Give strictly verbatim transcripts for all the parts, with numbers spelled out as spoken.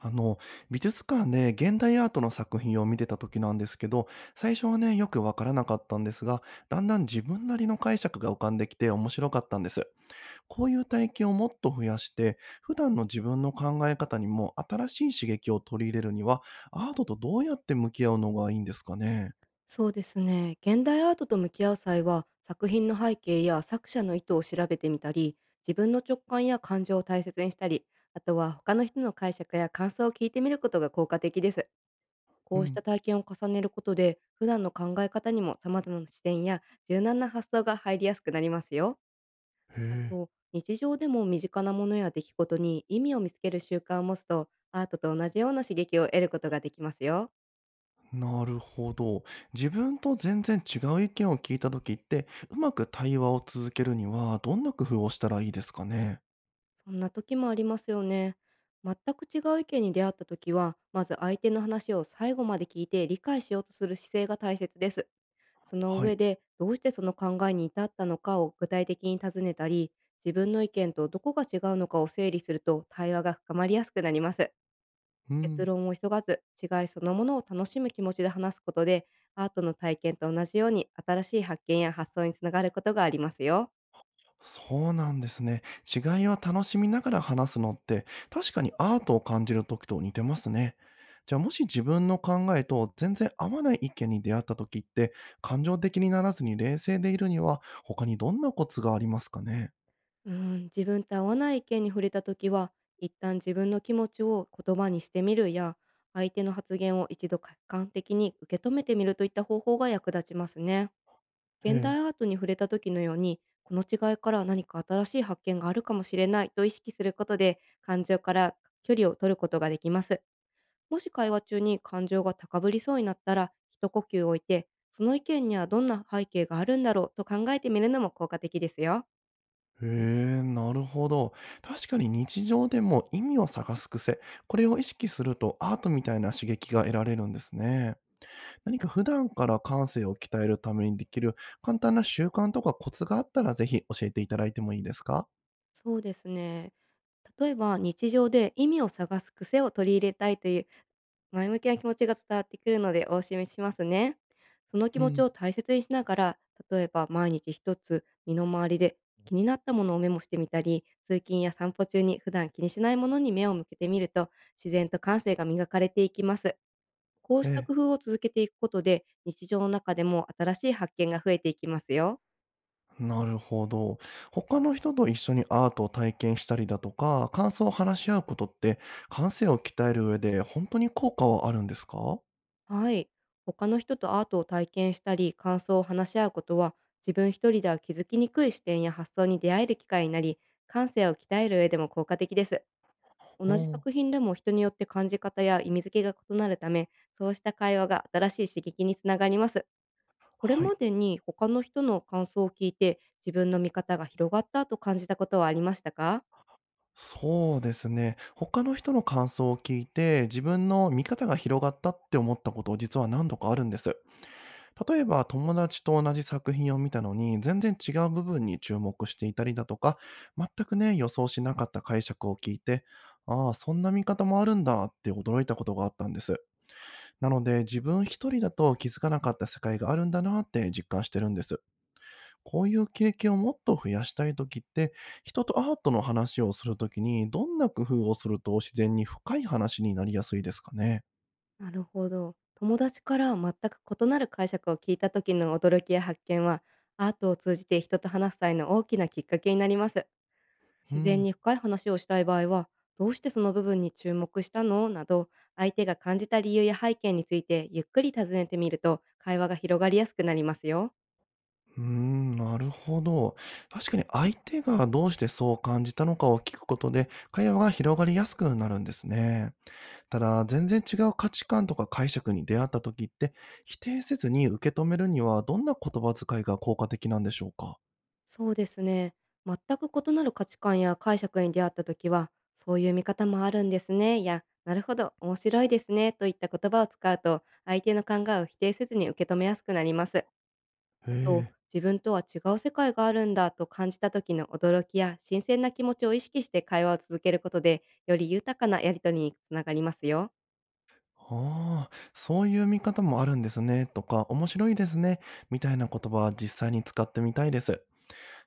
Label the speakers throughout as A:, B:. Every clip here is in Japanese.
A: あの、美術館で現代アートの作品を見てた時なんですけど、最初はね、よくわからなかったんですが、だんだん自分なりの解釈が浮かんできて面白かったんです。こういう体験をもっと増やして、普段の自分の考え方にも新しい刺激を取り入れるには、アートとどうやって向き合うのがいいんですかね。
B: そうですね。現代アートと向き合う際は、作品の背景や作者の意図を調べてみたり、自分の直感や感情を大切にしたり、あとは他の人の解釈や感想を聞いてみることが効果的です。
A: う
B: こうし
A: ん。
B: た体験を重ねることで、普段の考え方にも様々な視点や柔軟な発想が入りやすくなりますよ。
A: へ
B: あ
A: え。
B: と、日常でも身近なものや出来事に意味を見つける習慣を持つと、アートと同じような刺激を得ることができますよ。
A: なるほど。自分と全然違う意見を聞いた時って、うまく対話を続けるには、どんな工夫をしたらいいですかね。
B: そんな時もありますよね。全く違う意見に出会った時は、まず相手の話を最後まで聞いて理解しようとする姿勢が大切です。その
A: は
B: 上
A: い。
B: で、どうしてその考えに至ったのかを具体的に尋ねたり、自分の意見とどこが違うのかを整理すると対話が深まりやすくなります。
A: う
B: 結
A: ん。
B: 論を急がず、違いそのものを楽しむ気持ちで話すことで、アートの体験と同じように新しい発見や発想につながることがありますよ。
A: そうなんですね。違いを楽しみながら話すのって、確かにアートを感じる時と似てますね。じゃあもし自分の考えと全然合わない意見に出会った時って、感情的にならずに冷静でいるには、他にどんなコツがありますかね。
B: うーん、自分と合わない意見に触れたときは、一旦自分の気持ちを言葉にしてみるや、相手の発言を一度客観的に受け止めてみるといった方法が役立ちますね。
A: え
B: 現
A: え。
B: 代アートに触れた時のように、この違いから何か新しい発見があるかもしれないと意識することで、感情から距離を取ることができます。もし会話中に感情が高ぶりそうになったら、一呼吸置いて、その意見にはどんな背景があるんだろうと考えてみるのも効果的ですよ。
A: へえ、なるほど。確かに日常でも意味を探す癖、これを意識するとアートみたいな刺激が得られるんですね。何か普段から感性を鍛えるためにできる簡単な習慣とかコツがあったら、ぜひ教えていただいてもいいですか？
B: そうですね。例えば、日常で意味を探す癖を取り入れたいという前向きな気持ちが伝わってくるのでお示ししますね。その気
A: う
B: 持ち
A: ん。
B: を大切にしながら、例えば毎日一つ身の回りで気になったものをメモしてみたり、通勤や散歩中に普段気にしないものに目を向けてみると、自然と感性が磨かれていきます。こうした
A: え
B: 工夫を続けていくことで、日常の中でも新しい発見が増えていきますよ。
A: え、なるほど。他の人と一緒にアートを体験したりだとか、感想を話し合うことって、感性を鍛える上で本当に効果はあるんですか？お、
B: はい。他の人とアートを体験したり、感想を話し合うことは、自分一人では気づきにくい視点や発想に出会える機会になり、感性を鍛える上でも効果的です。同じ作品でも人によって感じ方や意味付けが異なるため、そうした会話が新しい刺激につながります。これ
A: は
B: ま
A: い。
B: でに他の人の感想を聞いて、自分の見方が広がったと感じたことはありましたか？
A: そうですね。他の人の感想を聞いて、自分の見方が広がったって思ったこと、実は何度かあるんです。例えば友達と同じ作品を見たのに、全然違う部分に注目していたりだとか、全くね、予想しなかった解釈を聞いて、ああ、そんな見方もあるんだって驚いたことがあったんです。なので、自分一人だと気づかなかった世界があるんだなって実感してるんです。こういう経験をもっと増やしたいときって、人とアートの話をするときに、どんな工夫をすると自然に深い話になりやすいですかね。
B: なるほど。友達から全く異なる解釈を聞いた時の驚きや発見は、アートを通じて人と話す際の大きなきっかけになります。
A: う
B: 自然
A: ん。
B: に深い話をしたい場合は、どうしてその部分に注目したのなど、相手が感じた理由や背景についてゆっくり尋ねてみると、会話が広がりやすくなりますよ。
A: うーん、なるほど。確かに相手がどうしてそう感じたのかを聞くことで、会話が広がりやすくなるんですね。ただ、全然違う価値観とか解釈に出会った時って、否定せずに受け止めるにはどんな言葉遣いが効果的なんでしょうか。
B: そうですね。全く異なる価値観や解釈に出会った時は、そういう見方もあるんですね。いや、なるほど、面白いですね。といった言葉を使うと、相手の考えを否定せずに受け止めやすくなります。
A: へ
B: あと、
A: え。
B: 自分とは違う世界があるんだと感じた時の驚きや新鮮な気持ちを意識して会話を続けることで、より豊かなやりとりにつながりますよ。
A: ああ、そういう見方もあるんですね、とか、面白いですね、みたいな言葉は実際に使ってみたいです。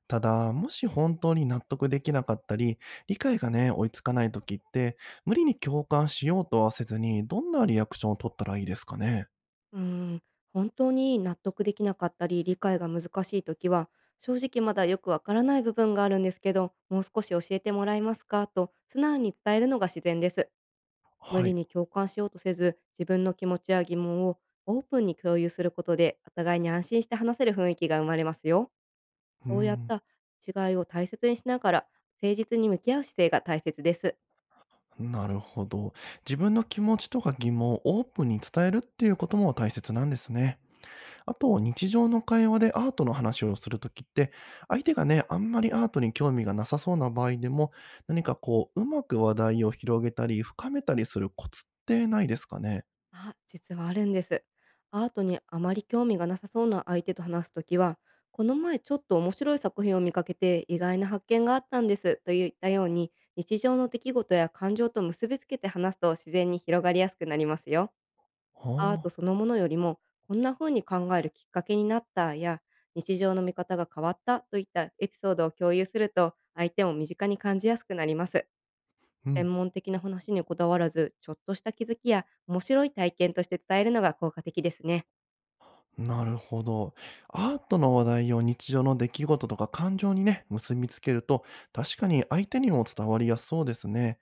A: ただ、もし本当に納得できなかったり、理解がね、追いつかない時って、無理に共感しようとはせずに、どんなリアクションを取ったらいいですかね？
B: うーん、本当に納得できなかったり理解が難しい時は、正直まだよくわからない部分があるんですけどもう少し教えてもらえますかと素直に伝えるのが自然です。無
A: は
B: 理
A: い。
B: に共感しようとせず、自分の気持ちや疑問をオープンに共有することで、お互いに安心して話せる雰囲気が生まれますよ。
A: うー
B: そうやっ
A: ん、
B: た違いを大切にしながら、誠実に向き合う姿勢が大切です。
A: なるほど。自分の気持ちとか疑問をオープンに伝えるっていうことも大切なんですね。あと、日常の会話でアートの話をするときって、相手がね、あんまりアートに興味がなさそうな場合でも、何かこう、うまく話題を広げたり、深めたりするコツってないですかね？
B: あ、実はあるんです。アートにあまり興味がなさそうな相手と話すときは、この前ちょっと面白い作品を見かけて意外な発見があったんですといったように、日常の出来事や感情と結びつけて話すと自然に広がりやすくなりますよ。アート
A: はあ。
B: そのものよりも、こんな風に考えるきっかけになったや、日常の見方が変わったといったエピソードを共有すると、相手も身近に感じやすくなります。
A: うん。
B: 専門的な話にこだわらず、ちょっとした気づきや面白い体験として伝えるのが効果的ですね。
A: なるほど。アートの話題を日常の出来事とか感情にね、結びつけると、確かに相手にも伝わりやすそうですね。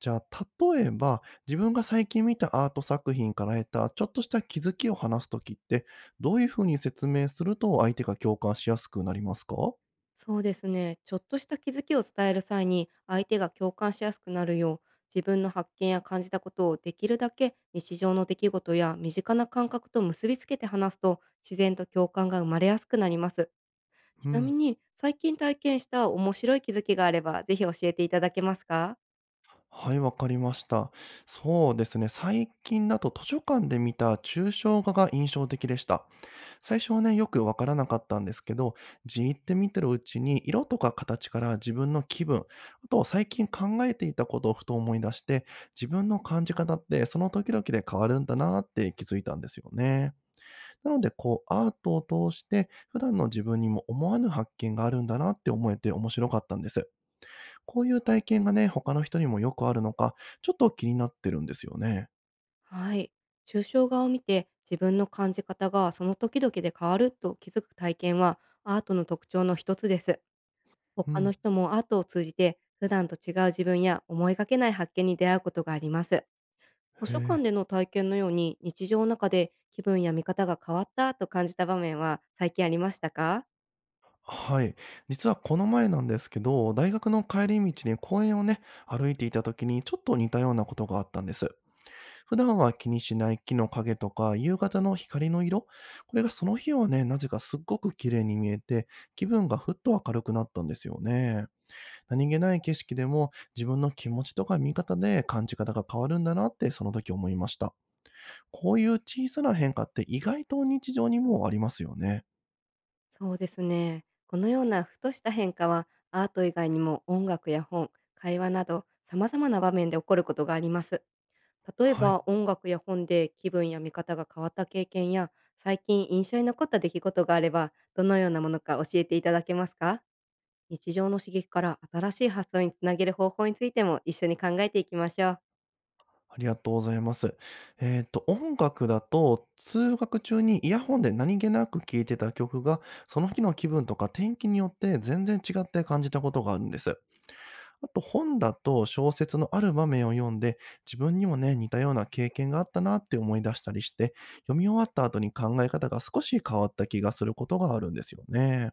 A: じゃあ、例えば、自分が最近見たアート作品から得たちょっとした気づきを話すときって、どういうふうに説明すると相手が共感しやすくなりますか。
B: そうですね。ちょっとした気づきを伝える際に、相手が共感しやすくなるよう、自分の発見や感じたことをできるだけ日常の出来事や身近な感覚と結びつけて話すと、自然と共感が生まれやすくなります。ち
A: う
B: なみ
A: ん。
B: に、最近体験した面白い気づきがあれば、ぜひ教えていただけますか？
A: はい、わかりました。そうですね。最近だと図書館で見た抽象画が印象的でした。最初はね、よくわからなかったんですけど、じーって見てるうちに、色とか形から自分の気分、あと最近考えていたことをふと思い出して、自分の感じ方ってその時々で変わるんだなって気づいたんですよね。なので、こう、アートを通して、普段の自分にも思わぬ発見があるんだなって思えて面白かったんです。こういう体験がね、他の人にもよくあるのか、ちょっと気になってるんですよね。
B: はい。抽象画を見て自分の感じ方がその時々で変わると気づく体験はアートの特徴の一つです。
A: う
B: 他の
A: ん。
B: 人もアートを通じて普段と違う自分や思いがけない発見に出会うことがあります。図
A: へ
B: 書館
A: え。
B: での体験のように日常の中で気分や見方が変わったと感じた場面は最近ありましたか？
A: はい。実はこの前なんですけど、大学の帰り道に公園をね、歩いていた時にちょっと似たようなことがあったんです。普段は気にしない木の影とか、夕方の光の色、これがその日はね、なぜかすっごく綺麗に見えて、気分がふっと明るくなったんですよね。何気ない景色でも自分の気持ちとか見方で感じ方が変わるんだなってその時思いました。こういう小さな変化って意外と日常にもありますよね。
B: そうですね。このようなふとした変化はアート以外にも音楽や本、会話など様々な場面で起こることがあります。例え
A: はい。
B: ば音楽や本で気分や見方が変わった経験や、最近印象に残った出来事があればどのようなものか教えていただけますか？日常の刺激から新しい発想につなげる方法についても一緒に考えていきましょう。
A: ありがとうございます。えっと、音楽だと、通学中にイヤホンで何気なく聴いてた曲が、その日の気分とか天気によって全然違って感じたことがあるんです。あと本だと小説のある場面を読んで、自分にもね、似たような経験があったなって思い出したりして、読み終わった後に考え方が少し変わった気がすることがあるんですよね。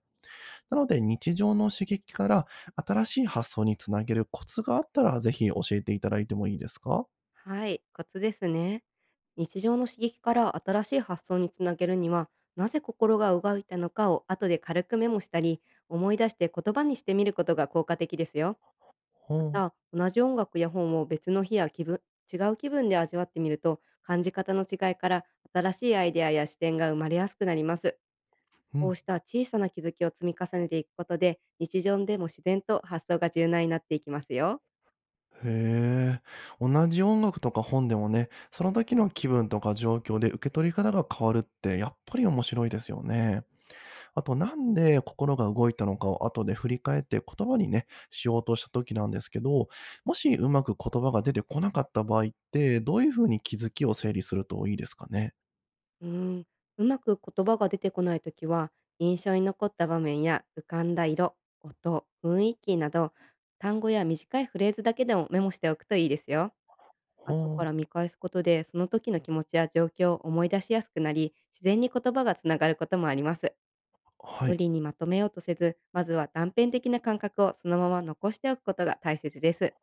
A: なので日常の刺激から新しい発想につなげるコツがあったら、ぜひ教えていただいてもいいですか？
B: はい、コツですね。日常の刺激から新しい発想につなげるには、なぜ心が動いたのかを後で軽くメモしたり、思い出して言葉にしてみることが効果的ですよ。
A: ほ
B: また、同じ音楽や本を別の日や気分、違う気分で味わってみると、感じ方の違いから新しいアイデアや視点が生まれやすくなります。
A: う、う
B: こう
A: ん。
B: した小さな気づきを積み重ねていくことで、日常でも自然と発想が柔軟になっていきますよ。
A: へえ。同じ音楽とか本でもね、その時の気分とか状況で受け取り方が変わるってやっぱり面白いですよね。あとなんで心が動いたのかを後で振り返って言葉にね、しようとした時なんですけど、もしうまく言葉が出てこなかった場合って、どういうふうに気づきを整理するといいですかね？
B: うーん、うまく言葉が出てこないときは、印象に残った場面や浮かんだ色、音、雰囲気など、単語や短いフレーズだけでもメモしておくといいですよ。後か
A: は
B: ら見返すことで、その時の気持ちや状況を思い出しやすくなり、自然に言葉がつながることもあります。
A: あ、は
B: 無
A: い。
B: 理にまとめようとせず、まずは断片的な感覚をそのまま残しておくことが大切です。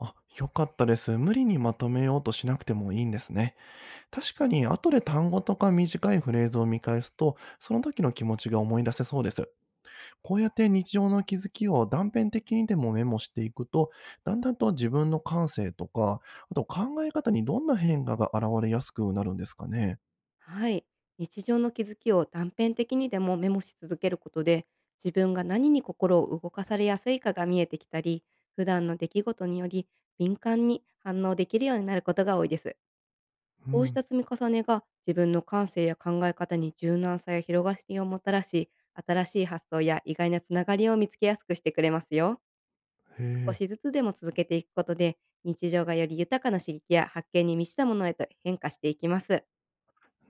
A: あ、良かったです。無理にまとめようとしなくてもいいんですね。確かに後で単語とか短いフレーズを見返すと、その時の気持ちが思い出せそうです。こうやって日常の気づきを断片的にでもメモしていくと、だんだんと自分の感性とか、あと考え方にどんな変化が現れやすくなるんですかね。
B: はい。日常の気づきを断片的にでもメモし続けることで、自分が何に心を動かされやすいかが見えてきたり、普段の出来事により敏感に反応できるようになることが多いです。
A: う
B: こうし
A: ん。
B: た積み重ねが自分の感性や考え方に柔軟さや広がりをもたらし、新しい発想や意外なつながりを見つけやすくしてくれますよ。
A: へ
B: 少
A: え。
B: しずつでも続けていくことで、日常がより豊かな刺激や発見に満ちたものへと変化していきます。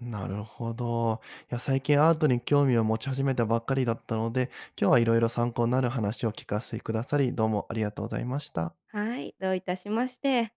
A: なるほど。いや、最近アートに興味を持ち始めたばっかりだったので、今日はいろいろ参考になる話を聞かせてくださり、どうもありがとうございました。
B: はい、どういたしまして。